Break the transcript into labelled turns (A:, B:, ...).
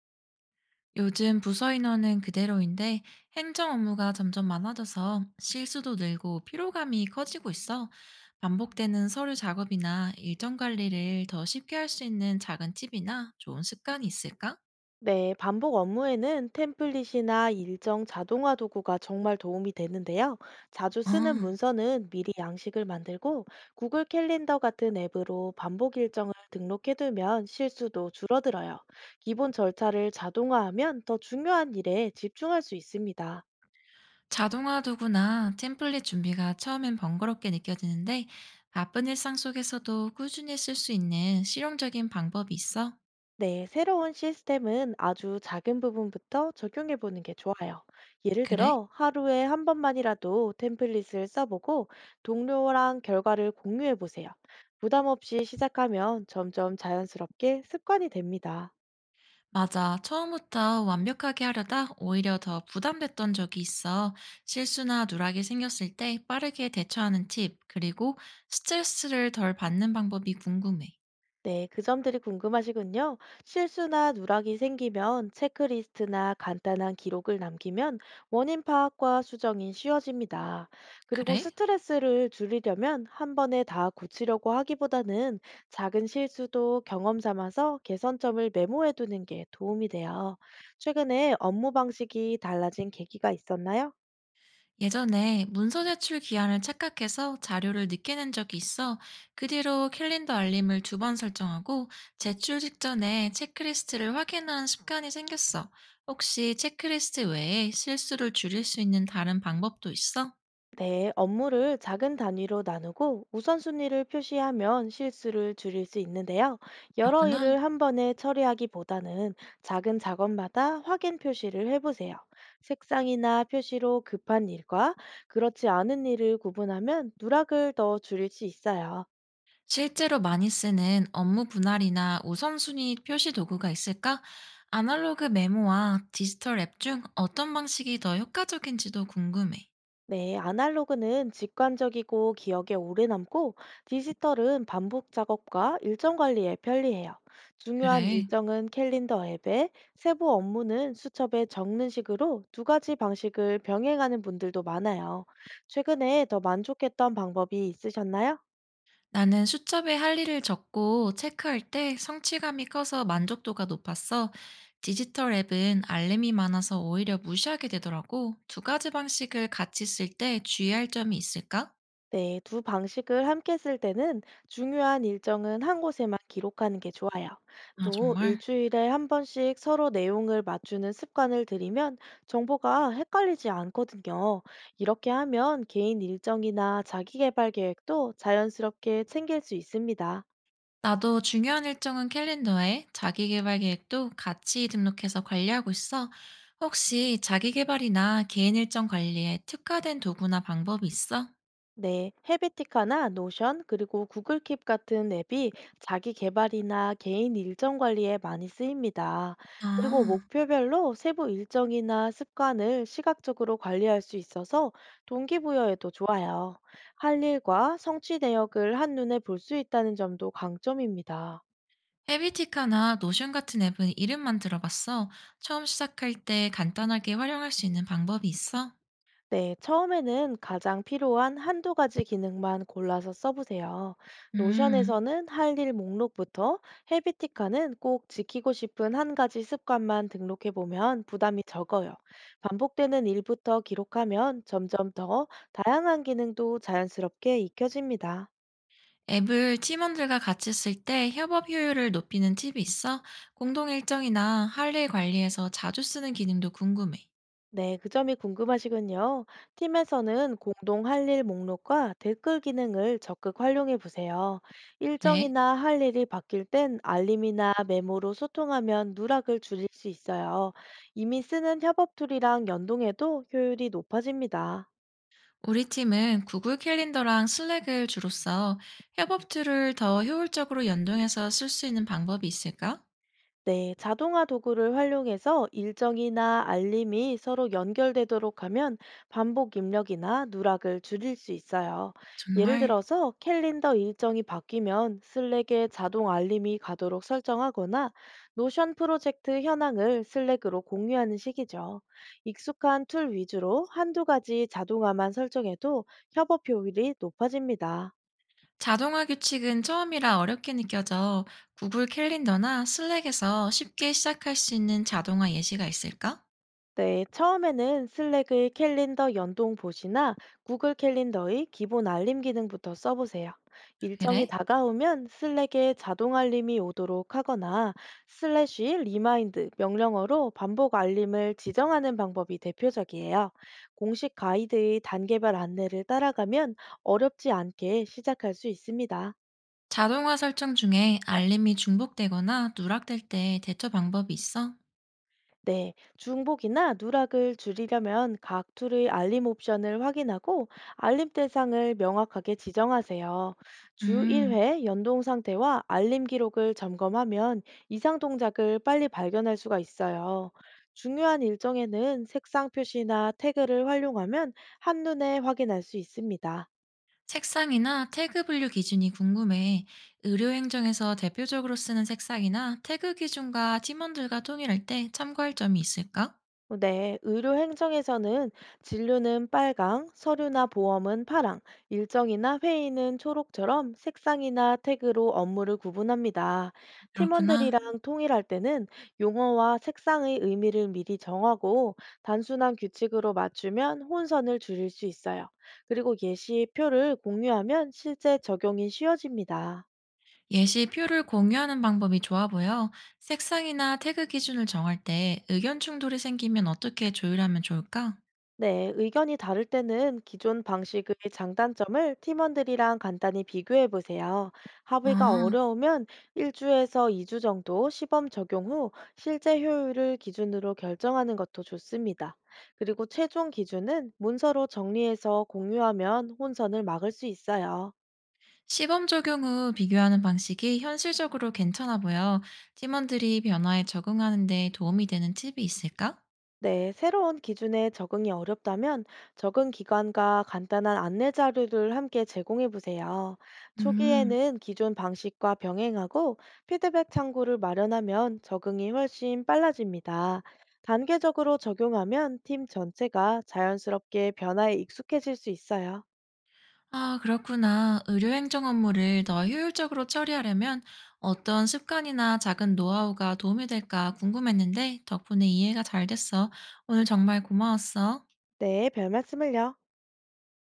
A: 요즘 부서 인원은 그대로인데 행정 업무가 점점 많아져서 실수도 늘고 피로감이 커지고 있어. 반복되는 서류 작업이나 일정 관리를 더 쉽게 할 수 있는 작은 팁이나 좋은 습관이 있을까?
B: 네, 반복 업무에는 템플릿이나 일정 자동화 도구가 정말 도움이 되는데요. 자주
A: 아,
B: 쓰는 문서는 미리 양식을 만들고 구글 캘린더 같은 앱으로 반복 일정을 등록해두면 실수도 줄어들어요. 기본 절차를 자동화하면 더 중요한 일에 집중할 수 있습니다.
A: 자동화 도구나 템플릿 준비가 처음엔 번거롭게 느껴지는데 바쁜 일상 속에서도 꾸준히 쓸 수 있는 실용적인 방법이 있어?
B: 네, 새로운 시스템은 아주 작은 부분부터 적용해 보는 게 좋아요. 예를
A: 그래?
B: 들어, 하루에 한 번만이라도 템플릿을 써보고 동료랑 결과를 공유해 보세요. 부담 없이 시작하면 점점 자연스럽게 습관이 됩니다.
A: 맞아. 처음부터 완벽하게 하려다 오히려 더 부담됐던 적이 있어. 실수나 누락이 생겼을 때 빠르게 대처하는 팁, 그리고 스트레스를 덜 받는 방법이 궁금해.
B: 네, 그 점들이 궁금하시군요. 실수나 누락이 생기면 체크리스트나 간단한 기록을 남기면 원인 파악과 수정이 쉬워집니다. 그리고
A: 그래?
B: 스트레스를 줄이려면 한 번에 다 고치려고 하기보다는 작은 실수도 경험 삼아서 개선점을 메모해 두는 게 도움이 돼요. 최근에 업무 방식이 달라진 계기가 있었나요?
A: 예전에 문서 제출 기한을 착각해서 자료를 늦게 낸 적이 있어. 그 뒤로 캘린더 알림을 두 번 설정하고 제출 직전에 체크리스트를 확인하는 습관이 생겼어. 혹시 체크리스트 외에 실수를 줄일 수 있는 다른 방법도 있어?
B: 네, 업무를 작은 단위로 나누고 우선순위를 표시하면 실수를 줄일 수 있는데요. 여러
A: 그렇구나.
B: 일을 한 번에 처리하기보다는 작은 작업마다 확인 표시를 해보세요. 색상이나 표시로 급한 일과 그렇지 않은 일을 구분하면 누락을 더 줄일 수 있어요.
A: 실제로 많이 쓰는 업무 분할이나 우선순위 표시 도구가 있을까? 아날로그 메모와 디지털 앱 중 어떤 방식이 더 효과적인지도 궁금해.
B: 네, 아날로그는 직관적이고 기억에 오래 남고 디지털은 반복 작업과 일정 관리에 편리해요. 중요한
A: 그래.
B: 일정은 캘린더 앱에, 세부 업무는 수첩에 적는 식으로 두 가지 방식을 병행하는 분들도 많아요. 최근에 더 만족했던 방법이 있으셨나요?
A: 나는 수첩에 할 일을 적고 체크할 때 성취감이 커서 만족도가 높았어. 디지털 앱은 알림이 많아서 오히려 무시하게 되더라고. 두 가지 방식을 같이 쓸 때 주의할 점이 있을까?
B: 네, 두 방식을 함께 쓸 때는 중요한 일정은 한 곳에만 기록하는 게 좋아요.
A: 아,
B: 또
A: 정말.
B: 일주일에 한 번씩 서로 내용을 맞추는 습관을 들이면 정보가 헷갈리지 않거든요. 이렇게 하면 개인 일정이나 자기개발 계획도 자연스럽게 챙길 수 있습니다.
A: 나도 중요한 일정은 캘린더에 자기계발 계획도 같이 등록해서 관리하고 있어. 혹시 자기계발이나 개인 일정 관리에 특화된 도구나 방법이 있어?
B: 네, 헤비티카나 노션 그리고 구글 킵 같은 앱이 자기 개발이나 개인 일정 관리에 많이 쓰입니다. 그리고
A: 아,
B: 목표별로 세부 일정이나 습관을 시각적으로 관리할 수 있어서 동기부여에도 좋아요. 할 일과 성취 내역을 한눈에 볼 수 있다는 점도 강점입니다.
A: 헤비티카나 노션 같은 앱은 이름만 들어봤어. 처음 시작할 때 간단하게 활용할 수 있는 방법이 있어?
B: 네, 처음에는 가장 필요한 한두 가지 기능만 골라서 써보세요.
A: 음,
B: 노션에서는 할 일 목록부터 헤비티카는 꼭 지키고 싶은 한 가지 습관만 등록해보면 부담이 적어요. 반복되는 일부터 기록하면 점점 더 다양한 기능도 자연스럽게 익혀집니다.
A: 앱을 팀원들과 같이 쓸 때 협업 효율을 높이는 팁이 있어? 공동 일정이나 할 일 관리에서 자주 쓰는 기능도 궁금해.
B: 네, 그 점이 궁금하시군요. 팀에서는 공동 할 일 목록과 댓글 기능을 적극 활용해 보세요.
A: 그래?
B: 일정이나 할 일이 바뀔 땐 알림이나 메모로 소통하면 누락을 줄일 수 있어요. 이미 쓰는 협업 툴이랑 연동해도 효율이 높아집니다.
A: 우리 팀은 구글 캘린더랑 슬랙을 주로 써 협업 툴을 더 효율적으로 연동해서 쓸 수 있는 방법이 있을까?
B: 네, 자동화 도구를 활용해서 일정이나 알림이 서로 연결되도록 하면 반복 입력이나 누락을 줄일 수 있어요. 예를
A: 정말.
B: 들어서 캘린더 일정이 바뀌면 슬랙에 자동 알림이 가도록 설정하거나 노션 프로젝트 현황을 슬랙으로 공유하는 식이죠. 익숙한 툴 위주로 한두 가지 자동화만 설정해도 협업 효율이 높아집니다.
A: 자동화 규칙은 처음이라 어렵게 느껴져 구글 캘린더나 슬랙에서 쉽게 시작할 수 있는 자동화 예시가 있을까?
B: 네, 처음에는 슬랙의 캘린더 연동 봇이나 구글 캘린더의 기본 알림 기능부터 써보세요.
A: 아,
B: 일정이
A: 그래?
B: 다가오면 슬랙에 자동 알림이 오도록 하거나 슬래시 리마인드 명령어로 반복 알림을 지정하는 방법이 대표적이에요. 공식 가이드의 단계별 안내를 따라가면 어렵지 않게 시작할 수 있습니다.
A: 자동화 설정 중에 알림이 중복되거나 누락될 때 대처 방법이 있어?
B: 네, 중복이나 누락을 줄이려면 각 툴의 알림 옵션을 확인하고 알림 대상을 명확하게 지정하세요. 주
A: 음,
B: 1회 연동 상태와 알림 기록을 점검하면 이상 동작을 빨리 발견할 수가 있어요. 중요한 일정에는 색상 표시나 태그를 활용하면 한눈에 확인할 수 있습니다.
A: 색상이나 태그 분류 기준이 궁금해. 의료행정에서 대표적으로 쓰는 색상이나 태그 기준과 팀원들과 통일할 때 참고할 점이 있을까?
B: 네, 의료 행정에서는 진료는 빨강, 서류나 보험은 파랑, 일정이나 회의는 초록처럼 색상이나 태그로 업무를 구분합니다.
A: 그렇구나.
B: 팀원들이랑 통일할 때는 용어와 색상의 의미를 미리 정하고 단순한 규칙으로 맞추면 혼선을 줄일 수 있어요. 그리고 예시표를 공유하면 실제 적용이 쉬워집니다.
A: 예시표를 공유하는 방법이 좋아 보여. 색상이나 태그 기준을 정할 때 의견 충돌이 생기면 어떻게 조율하면 좋을까?
B: 네, 의견이 다를 때는 기존 방식의 장단점을 팀원들이랑 간단히 비교해 보세요. 합의가
A: 아,
B: 어려우면 1주에서 2주 정도 시범 적용 후 실제 효율을 기준으로 결정하는 것도 좋습니다. 그리고 최종 기준은 문서로 정리해서 공유하면 혼선을 막을 수 있어요.
A: 시범 적용 후 비교하는 방식이 현실적으로 괜찮아 보여. 팀원들이 변화에 적응하는 데 도움이 되는 팁이 있을까?
B: 네, 새로운 기준에 적응이 어렵다면 적응 기간과 간단한 안내 자료를 함께 제공해 보세요.
A: 음.
B: 초기에는 기존 방식과 병행하고 피드백 창구를 마련하면 적응이 훨씬 빨라집니다. 단계적으로 적용하면 팀 전체가 자연스럽게 변화에 익숙해질 수 있어요.
A: 아, 그렇구나. 의료행정 업무를 더 효율적으로 처리하려면 어떤 습관이나 작은 노하우가 도움이 될까 궁금했는데 덕분에 이해가 잘 됐어. 오늘 정말 고마웠어.
B: 네, 별 말씀을요.